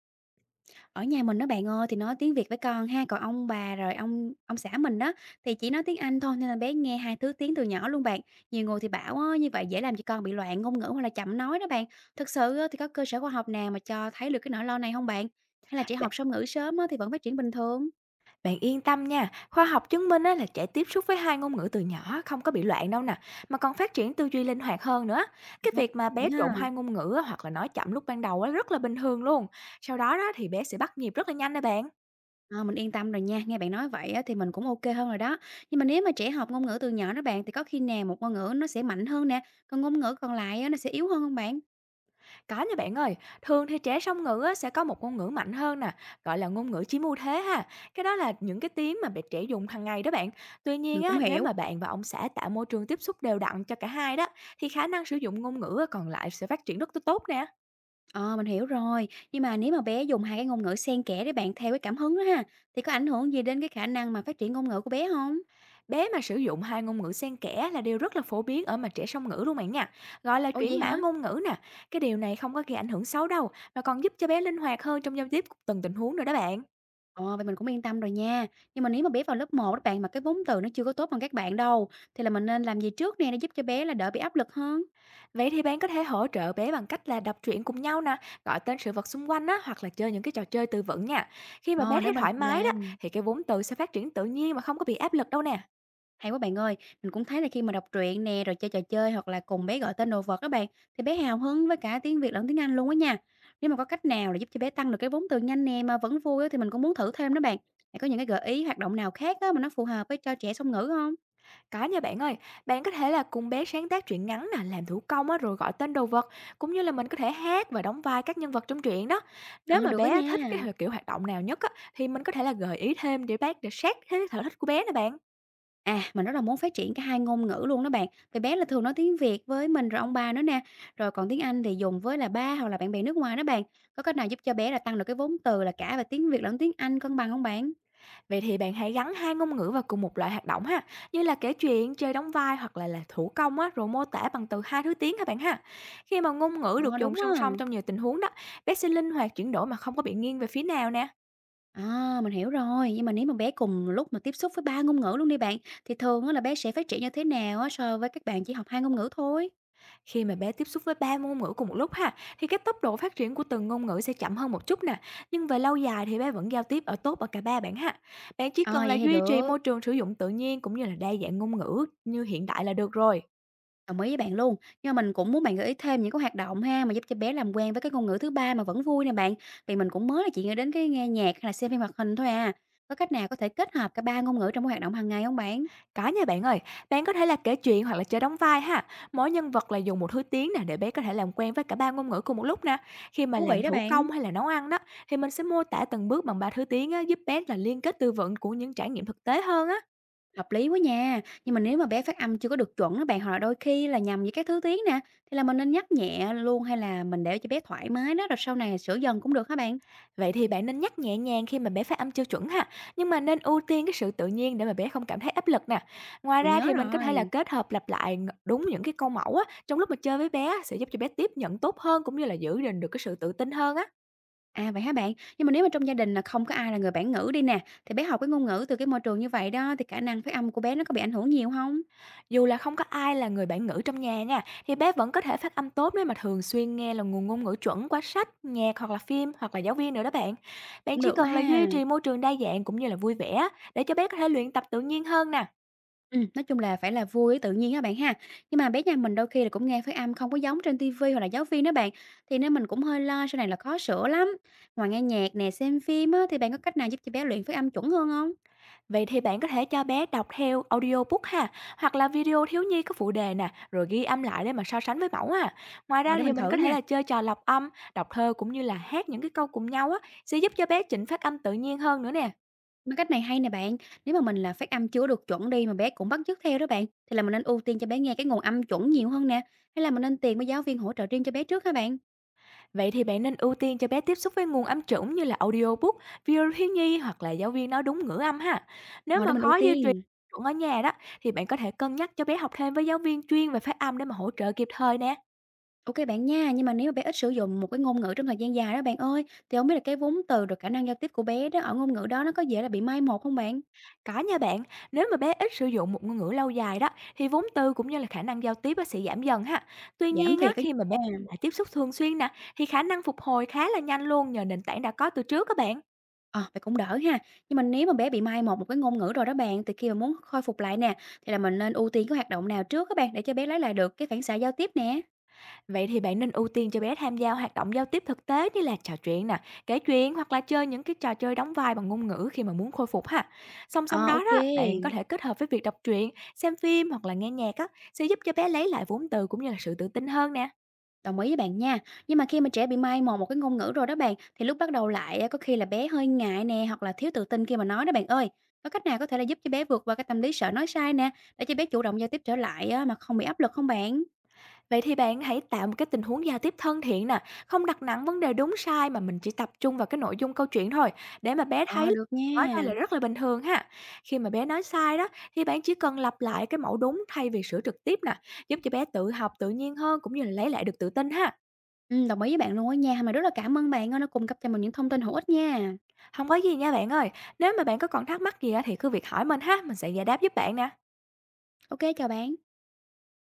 Ở nhà mình đó bạn ơi, thì nói tiếng Việt với con ha, còn ông bà rồi ông xã mình đó thì chỉ nói tiếng Anh thôi, nên là bé nghe hai thứ tiếng từ nhỏ luôn bạn. Nhiều người thì bảo á, như vậy dễ làm cho con bị loạn ngôn ngữ hoặc là chậm nói đó bạn. Thực sự á, thì có cơ sở khoa học nào mà cho thấy được cái nỗi lo này không bạn? Hay là trẻ Bạn học song ngữ sớm á, thì vẫn phát triển bình thường? bạn yên tâm nha, khoa học chứng minh á, là trẻ tiếp xúc với hai ngôn ngữ từ nhỏ không có bị loạn đâu nè, mà còn phát triển tư duy linh hoạt hơn nữa. Cái Ờ, việc mà bạn bé trộn ha, hai ngôn ngữ á, hoặc là nói chậm lúc ban đầu á, rất là bình thường luôn. Sau đó đó thì bé sẽ bắt nhịp rất là nhanh nè bạn. ờ, mình yên tâm rồi nha, nghe bạn nói vậy á, thì mình cũng ok hơn rồi đó. Nhưng mà nếu mà trẻ học ngôn ngữ từ nhỏ đó bạn, thì có khi nào một ngôn ngữ nó sẽ mạnh hơn nè, còn ngôn ngữ còn lại á, nó sẽ yếu hơn hông bạn? Có nha bạn ơi, thường thì trẻ song ngữ á, sẽ có một ngôn ngữ mạnh hơn nè, gọi là ngôn ngữ chiếm ưu thế ha. Cái đó là những cái tiếng mà bé trẻ dùng hàng ngày đó bạn. Tuy nhiên Mình cũng á, nếu hiểu. mà bạn và ông xã tạo môi trường tiếp xúc đều đặn cho cả hai đó, thì khả năng sử dụng ngôn ngữ còn lại sẽ phát triển rất tốt nè. Ờ, mình hiểu rồi. Nhưng mà nếu mà bé dùng hai cái ngôn ngữ xen kẽ để bạn theo cái cảm hứng đó ha, thì có ảnh hưởng gì đến cái khả năng mà phát triển ngôn ngữ của bé không? Bé mà sử dụng hai ngôn ngữ xen kẽ là điều rất là phổ biến ở mà trẻ song ngữ luôn bạn nha, gọi là Ủa chuyển vậy mã hả? ngôn ngữ nè. Cái điều này không có gây ảnh hưởng xấu đâu, mà còn giúp cho bé linh hoạt hơn trong giao tiếp từng tình huống nữa đó bạn. Ờ, vậy mình cũng yên tâm rồi nha. Nhưng mà nếu mà bé vào lớp một đó bạn mà cái vốn từ nó chưa có tốt bằng các bạn đâu, thì là mình nên làm gì trước nè để giúp cho bé là đỡ bị áp lực hơn? Vậy thì bạn có thể hỗ trợ bé bằng cách là đọc truyện cùng nhau nè, gọi tên sự vật xung quanh á, hoặc là chơi những cái trò chơi từ vựng nha. Khi mà bé Ờ, để thấy mình thoải cùng mái đó, làm. thì cái vốn từ sẽ phát triển tự nhiên mà không có bị áp lực đâu nè. Hay quá bạn ơi, mình cũng thấy là khi mà đọc truyện nè, rồi chơi trò chơi hoặc là cùng bé gọi tên đồ vật các bạn, thì bé hào hứng với cả tiếng Việt lẫn tiếng Anh luôn á nha. Nếu mà có cách nào để giúp cho bé tăng được cái vốn từ nhanh nè mà vẫn vui á, thì mình cũng muốn thử thêm đó bạn. Bạn có những cái gợi ý hoạt động nào khác á, mà nó phù hợp với cho trẻ song ngữ không? Có nha bạn ơi, bạn có thể là cùng bé sáng tác truyện ngắn nè, làm thủ công á, rồi gọi tên đồ vật, cũng như là mình có thể hát và đóng vai các nhân vật trong truyện đó. Nếu Ờ mà được đó bé thích cái nha. Kiểu hoạt động nào nhất á, thì mình có thể là gợi ý thêm để bác để sát thế cái sở thích của bé nè bạn. À mình rất là muốn phát triển cả hai ngôn ngữ luôn đó bạn. Vì bé là thường nói tiếng Việt với mình rồi ông bà nữa nè. Rồi còn tiếng Anh thì dùng với là ba hoặc là bạn bè nước ngoài đó bạn. Có cách nào giúp cho bé là tăng được cái vốn từ là cả về tiếng Việt lẫn tiếng Anh cân bằng không bạn? Vậy thì bạn hãy gắn hai ngôn ngữ vào cùng một loại hoạt động ha, như là kể chuyện, chơi đóng vai hoặc là thủ công á, rồi mô tả bằng từ hai thứ tiếng các bạn ha. Khi mà ngôn ngữ được Ờ dùng đúng á. song song trong nhiều tình huống đó, bé sẽ linh hoạt chuyển đổi mà không có bị nghiêng về phía nào nè. À, mình hiểu rồi, nhưng mà nếu mà bé cùng lúc mà tiếp xúc với 3 ngôn ngữ luôn đi bạn, thì thường á là bé sẽ phát triển như thế nào á so với các bạn chỉ học 2 ngôn ngữ thôi? Khi mà bé tiếp xúc với 3 ngôn ngữ cùng một lúc ha, thì cái tốc độ phát triển của từng ngôn ngữ sẽ chậm hơn một chút nè, nhưng về lâu dài thì bé vẫn giao tiếp ở tốt ở cả ba bạn ha. Bạn chỉ À, cần là vậy thì duy trì được, môi trường sử dụng tự nhiên cũng như là đa dạng ngôn ngữ như hiện đại là được rồi. đồng ý với bạn luôn. Nhưng mà mình cũng muốn bạn gợi ý thêm những cái hoạt động ha mà giúp cho bé làm quen với cái ngôn ngữ thứ ba mà vẫn vui nè bạn. Vì mình cũng mới là chỉ nghĩ đến cái nghe nhạc hay là xem phim hoạt hình thôi à. Có cách nào có thể kết hợp cả ba ngôn ngữ trong cái hoạt động hàng ngày không bạn? Có nha bạn ơi, bạn có thể là kể chuyện hoặc là chơi đóng vai ha. Mỗi nhân vật là dùng một thứ tiếng nè để bé có thể làm quen với cả ba ngôn ngữ cùng một lúc nè. Khi mà Thú vị làm đó thủ bạn. công hay là nấu ăn đó thì mình sẽ mô tả từng bước bằng ba thứ tiếng á, giúp bé là liên kết tư vựng của những trải nghiệm thực tế hơn á. Hợp lý quá nha, nhưng mà nếu mà bé phát âm chưa có được chuẩn á bạn, hoặc là đôi khi là nhầm với các thứ tiếng nè, thì là mình nên nhắc nhẹ luôn hay là mình để cho bé thoải mái đó, rồi sau này sửa dần cũng được hả bạn? Vậy thì bạn nên nhắc nhẹ nhàng khi mà bé phát âm chưa chuẩn ha, nhưng mà nên ưu tiên cái sự tự nhiên để mà bé không cảm thấy áp lực nè. Ngoài Mình ra nhớ thì mình có thể là rồi. kết hợp lặp lại đúng những cái câu mẫu á trong lúc mà chơi với bé á, sẽ giúp cho bé tiếp nhận tốt hơn cũng như là giữ gìn được cái sự tự tin hơn á. À vậy hả bạn? Nhưng mà nếu mà trong gia đình là không có ai là người bản ngữ đi nè, thì bé học cái ngôn ngữ từ cái môi trường như vậy đó, thì khả năng phát âm của bé nó có bị ảnh hưởng nhiều không? Dù là không có ai là người bản ngữ trong nhà nha, thì bé vẫn có thể phát âm tốt nếu mà thường xuyên nghe là nguồn ngôn ngữ chuẩn qua sách, nhạc hoặc là phim hoặc là giáo viên nữa đó bạn. Bạn Cũng chỉ được đó cần là ha. duy trì môi trường đa dạng cũng như là vui vẻ á, để cho bé có thể luyện tập tự nhiên hơn nè. Nói chung là phải là vui, tự nhiên các bạn ha. Nhưng mà bé nhà mình đôi khi là cũng nghe phát âm không có giống trên ti hoặc là giáo viên đó bạn, thì nên mình cũng hơi lo sau này là khó sửa lắm. Ngoài nghe nhạc nè, xem phim á, thì bạn có cách nào giúp cho bé luyện phát âm chuẩn hơn không? Vậy thì bạn có thể cho bé đọc theo audiobook ha, hoặc là video thiếu nhi có phụ đề nè, rồi ghi âm lại để mà so sánh với mẫu ha. Ngoài Rồi ra để thì mình mình thử có thể nha. là chơi trò lọc âm, đọc thơ cũng như là hát những cái câu cùng nhau á, sẽ giúp cho bé chỉnh phát âm tự nhiên hơn nữa nè. Mấy cách này hay nè bạn, nếu mà mình là phát âm chưa được chuẩn đi mà bé cũng bắt chước theo đó bạn, thì là mình nên ưu tiên cho bé nghe cái nguồn âm chuẩn nhiều hơn nè, hay là mình nên tìm với giáo viên hỗ trợ riêng cho bé trước hả bạn? Vậy thì bạn nên ưu tiên cho bé tiếp xúc với nguồn âm chuẩn như là audiobook, video thiếu nhi hoặc là giáo viên nói đúng ngữ âm ha. Nếu Rồi mà để mình ưu khó duy trì tiên. chuẩn ở nhà đó thì bạn có thể cân nhắc cho bé học thêm với giáo viên chuyên về phát âm để mà hỗ trợ kịp thời nè. OK bạn nha, nhưng mà nếu mà bé ít sử dụng một cái ngôn ngữ trong thời gian dài đó bạn ơi, thì không biết là cái vốn từ rồi khả năng giao tiếp của bé đó ở ngôn ngữ đó nó có dễ là bị mai một không bạn? Có nha bạn, nếu mà bé ít sử dụng một ngôn ngữ lâu dài đó thì vốn từ cũng như là khả năng giao tiếp á, sẽ giảm dần ha. Tuy Giảm nhiên á, thiệt á khi mà bé nha. lại tiếp xúc thường xuyên nè thì khả năng phục hồi khá là nhanh luôn nhờ nền tảng đã có từ trước các bạn. Ờ, vậy cũng đỡ ha. Nhưng mà nếu mà bé bị mai một một cái ngôn ngữ rồi đó bạn, thì khi mà muốn khôi phục lại nè, thì là mình nên ưu tiên cái hoạt động nào trước các bạn, để cho bé lấy lại được cái phản xạ giao tiếp nè? Vậy thì bạn nên ưu tiên cho bé tham gia hoạt động giao tiếp thực tế như là trò chuyện nè, kể chuyện hoặc là chơi những cái trò chơi đóng vai bằng ngôn ngữ khi mà muốn khôi phục ha. Song song Ờ, đó OK. đó, bạn có thể kết hợp với việc đọc truyện, xem phim hoặc là nghe nhạc á sẽ giúp cho bé lấy lại vốn từ cũng như là sự tự tin hơn nè. Đồng ý với bạn nha. Nhưng mà khi mà trẻ bị mai một một cái ngôn ngữ rồi đó bạn, thì lúc bắt đầu lại á, có khi là bé hơi ngại nè, hoặc là thiếu tự tin khi mà nói đó bạn ơi. Có cách nào có thể là giúp cho bé vượt qua cái tâm lý sợ nói sai nè, để cho bé chủ động giao tiếp trở lại á, mà không bị áp lực không bạn? Vậy thì bạn hãy tạo một cái tình huống giao tiếp thân thiện nè, không đặt nặng vấn đề đúng sai mà mình chỉ tập trung vào cái nội dung câu chuyện thôi, để mà bé Ờ, thấy được nói đây là nha. rất là bình thường ha. Khi mà bé nói sai đó thì bạn chỉ cần lặp lại cái mẫu đúng thay vì sửa trực tiếp nè, giúp cho bé tự học tự nhiên hơn cũng như là lấy lại được tự tin ha. Ừ, đồng ý với bạn luôn á nha. Mà rất là cảm ơn bạn á, nó cung cấp cho mình những thông tin hữu ích nha. Không có gì nha bạn ơi, nếu mà bạn có còn thắc mắc gì á thì cứ việc hỏi mình ha, mình sẽ giải đáp giúp bạn nè. Ok, chào bạn.